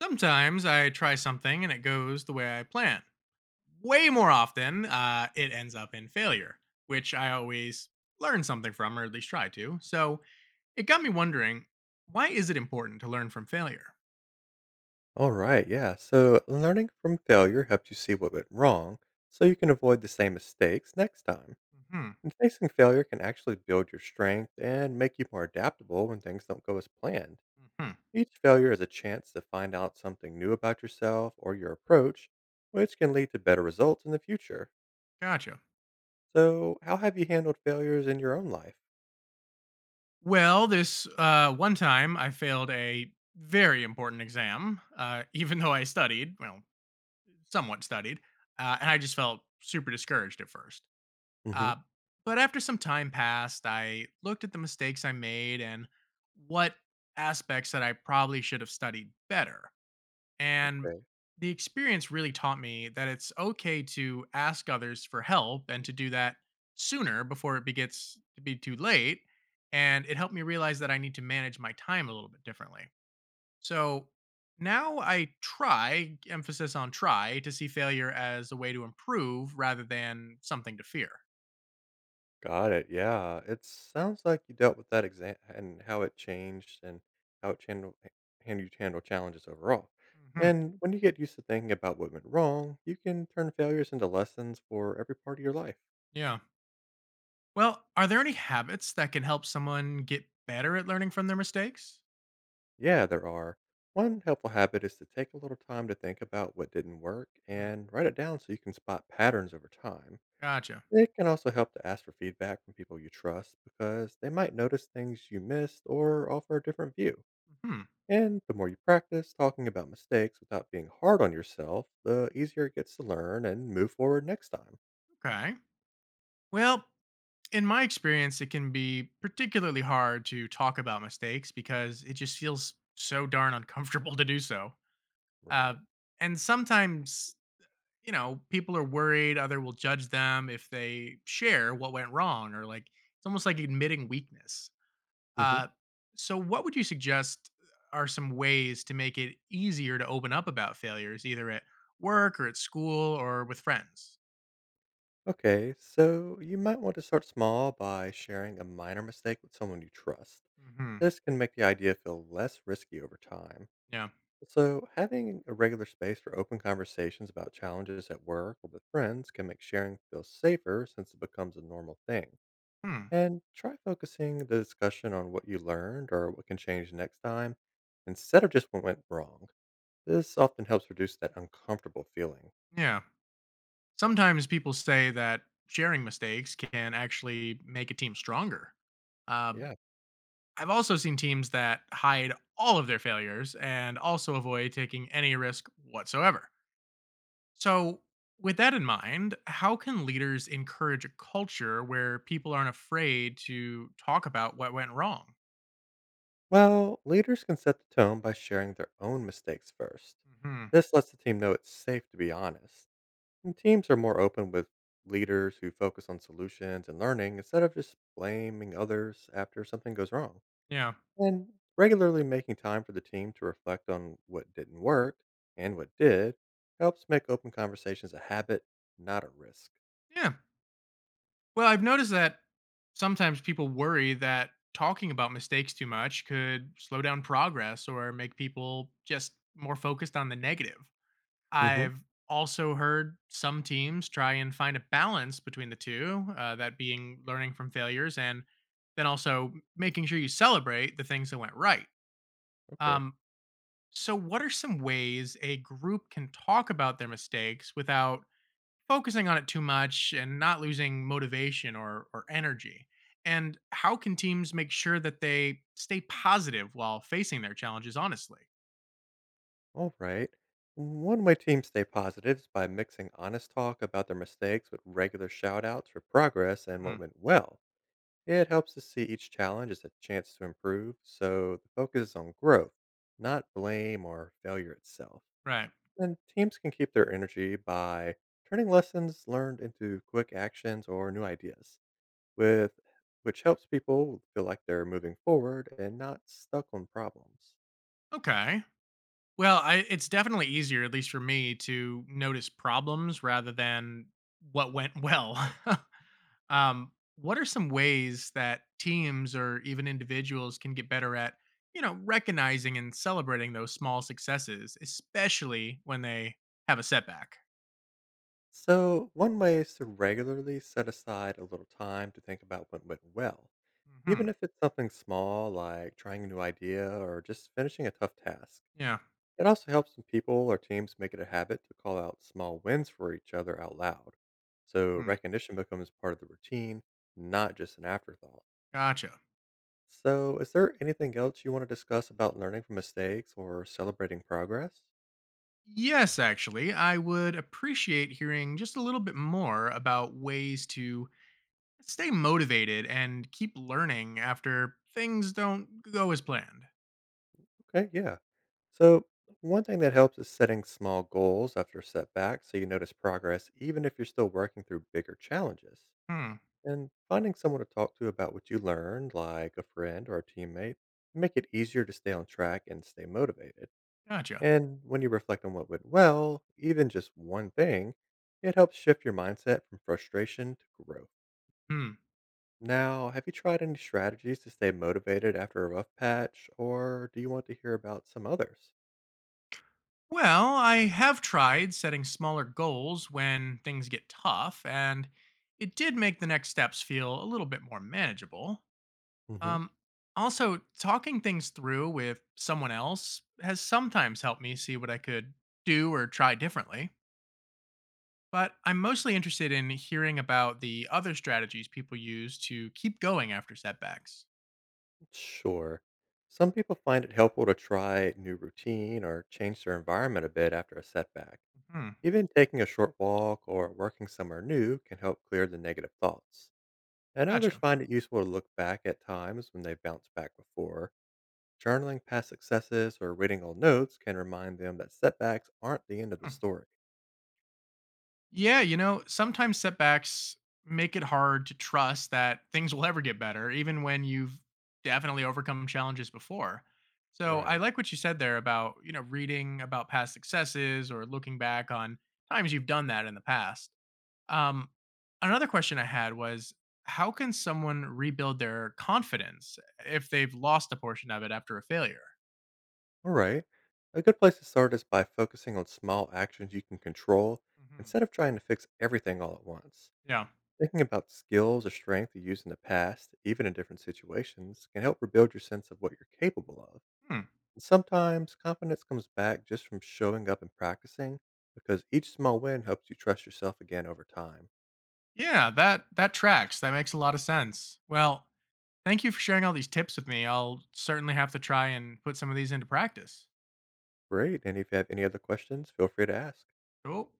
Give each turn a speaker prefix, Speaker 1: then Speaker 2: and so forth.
Speaker 1: Sometimes I try something and it goes the way I plan. Way more often, it ends up in failure, which I always learn something from, or at least try to. So it got me wondering, why is it important to learn from failure?
Speaker 2: All right, yeah. So learning from failure helps you see what went wrong so you can avoid the same mistakes next time.
Speaker 1: Hmm.
Speaker 2: And facing failure can actually build your strength and make you more adaptable when things don't go as planned.
Speaker 1: Hmm.
Speaker 2: Each failure is a chance to find out something new about yourself or your approach, which can lead to better results in the future.
Speaker 1: Gotcha.
Speaker 2: So, how have you handled failures in your own life?
Speaker 1: Well, this one time I failed a very important exam, even though I studied, well, somewhat studied, and I just felt super discouraged at first.
Speaker 2: Hmm.
Speaker 1: Uh, but after some time passed, I looked at the mistakes I made and what aspects that I probably should have studied better. And the experience really taught me that it's okay to ask others for help and to do that sooner before it begins to be too late. And it helped me realize that I need to manage my time a little bit differently. So now I try, emphasis on try, to see failure as a way to improve rather than something to fear.
Speaker 2: Got it, yeah. It sounds like you dealt with that exam and how it changed and how it chandle h you handle challenges overall.
Speaker 1: Mhm.
Speaker 2: And when you get used to thinking about what went wrong, you can turn failures into lessons for every part of your life.
Speaker 1: Yeah. Well, are there any habits that can help someone get better at learning from their mistakes?
Speaker 2: Yeah, there are. One helpful habit is to take a little time to think about what didn't work
Speaker 1: Hmm.
Speaker 2: and write it down so you can spot patterns over time.
Speaker 1: Gotcha.
Speaker 2: It can also help to ask for feedback from people you trust because they might notice things you missed or offer a different view.
Speaker 1: Hmm.
Speaker 2: And the more you practice talking about mistakes without being hard on yourself, the easier it gets to learn and move forward next time.
Speaker 1: Okay. Well, in my experience, it can be particularly hard to talk about mistakes because it just feels so darn uncomfortable to do so. Uh,
Speaker 2: Right.
Speaker 1: and sometimes, you know, people are worried other will judge them if they share what went wrong, or like it's almost like admitting weakness.
Speaker 2: Hmm.
Speaker 1: Uh, so, what would you suggest are some ways to make it easier to open up about failures, either at work or at school or with friends?
Speaker 2: Okay, so you might want to start small by sharing a minor mistake with someone you trust.
Speaker 1: Hmm.
Speaker 2: This can make the idea feel less risky over time.
Speaker 1: Yeah.
Speaker 2: So, having a regular space for open conversations about challenges at work or with friends can make sharing feel safer since it becomes a normal thing.
Speaker 1: Hmm.
Speaker 2: And try focusing the discussion on what you learned or what can change next time instead of just what went wrong. This often helps reduce that uncomfortable feeling.
Speaker 1: Yeah. Sometimes people say that sharing mistakes can actually make a team stronger. Uh,
Speaker 2: Yeah.
Speaker 1: I've also seen teams that hide all of their failures and also avoid taking any risk whatsoever. So, with that in mind, how can leaders encourage a culture where people aren't afraid to talk about what went wrong?
Speaker 2: Well, leaders can set the tone by sharing their own mistakes first.
Speaker 1: Hmm.
Speaker 2: This lets the team know it's safe to be honest. And teams are more open with leaders who focus on solutions and learning instead of just blaming others after something goes wrong.
Speaker 1: Yeah.
Speaker 2: And regularly making time for the team to reflect on what didn't work and what did helps make open conversations a habit, not a risk.
Speaker 1: Yeah. Well, I've noticed that sometimes people worry that talking about mistakes too much could slow down progress or make people just more focused on the negative.
Speaker 2: Hmm.
Speaker 1: I've also heard some teams try and find a balance between the two, that being learning from failures and then also making sure you celebrate the things that went right.
Speaker 2: Okay.
Speaker 1: Um, so, what are some ways a group can talk about their mistakes without focusing on it too much and not losing motivation or energy? And how can teams make sure that they stay positive while facing their challenges honestly?
Speaker 2: All right. One way teams stay positive is by mixing honest talk about their mistakes with regular shout outs for progress and what
Speaker 1: Hmm.
Speaker 2: went well. It helps to see each challenge as a chance to improve, so the focus is on growth, not blame or failure itself.
Speaker 1: Right.
Speaker 2: And teams can keep their energy by turning lessons learned into quick actions or new ideas, with which helps people feel like they're moving forward and not stuck on problems.
Speaker 1: Okay. Well, it's definitely easier, at least for me, to notice problems rather than what went well. What are some ways that teams or even individuals can get better at, you know, recognizing and celebrating those small successes, especially when they have a setback?
Speaker 2: So, one way is to regularly set aside a little time to think about what went well, even
Speaker 1: Hmm.
Speaker 2: if it's something small like trying a new idea or just finishing a tough task.
Speaker 1: Yeah.
Speaker 2: It also helps when people or teams make it a habit to call out small wins for each other out loud. So
Speaker 1: Hmm.
Speaker 2: recognition becomes part of the routine, not just an afterthought.
Speaker 1: Gotcha.
Speaker 2: So, is there anything else you want to discuss about learning from mistakes or celebrating progress?
Speaker 1: Yes, actually, I would appreciate hearing just a little bit more about ways to stay motivated and keep learning after things don't go as planned.
Speaker 2: Okay, yeah. So, one thing that helps is setting small goals after setbacks so you notice progress even if you're still working through bigger challenges.
Speaker 1: Hmm.
Speaker 2: And finding someone to talk to about what you learned, like a friend or a teammate, make it easier to stay on track and stay motivated.
Speaker 1: Gotcha.
Speaker 2: And when you reflect on what went well, even just one thing, it helps shift your mindset from frustration to growth.
Speaker 1: Hmm.
Speaker 2: Now, have you tried any strategies to stay motivated after a rough patch, or do you want to hear about some others?
Speaker 1: Well, I have tried setting smaller goals when things get tough, and it did make the next steps feel a little bit more manageable.
Speaker 2: Hmm.
Speaker 1: Um, also, talking things through with someone else has sometimes helped me see what I could do or try differently. But I'm mostly interested in hearing about the other strategies people use to keep going after setbacks.
Speaker 2: Sure. Some people find it helpful to try new routine or change their environment a bit after a setback.
Speaker 1: Hmm,
Speaker 2: Even taking a short walk or working somewhere new can help clear the negative thoughts. And others
Speaker 1: gotcha.
Speaker 2: find it useful to look back at times when they've bounced back before. Journaling past successes or reading old notes can remind them that setbacks aren't the end of the
Speaker 1: Hmm.
Speaker 2: story.
Speaker 1: Yeah, you know, sometimes setbacks make it hard to trust that things will ever get better, even when you've definitely overcome challenges before. So I
Speaker 2: Right.
Speaker 1: like what you said there about, you know, reading about past successes or looking back on times you've done that in the past. Um, another question I had was, how can someone rebuild their confidence if they've lost a portion of it after a failure?
Speaker 2: All right. A good place to start is by focusing on small actions you can control
Speaker 1: Hmm.
Speaker 2: instead of trying to fix everything all at once.
Speaker 1: Yeah.
Speaker 2: Thinking about skills or strength you used in the past, even in different situations, can help rebuild your sense of what you're capable of.
Speaker 1: Hmm.
Speaker 2: Sometimes confidence comes back just from showing up and practicing because each small win helps you trust yourself again over time.
Speaker 1: Yeah, that tracks. That makes a lot of sense. Well, thank you for sharing all these tips with me. I'll certainly have to try and put some of these into practice.
Speaker 2: Great. And if you have any other questions, feel free to ask.
Speaker 1: Cool.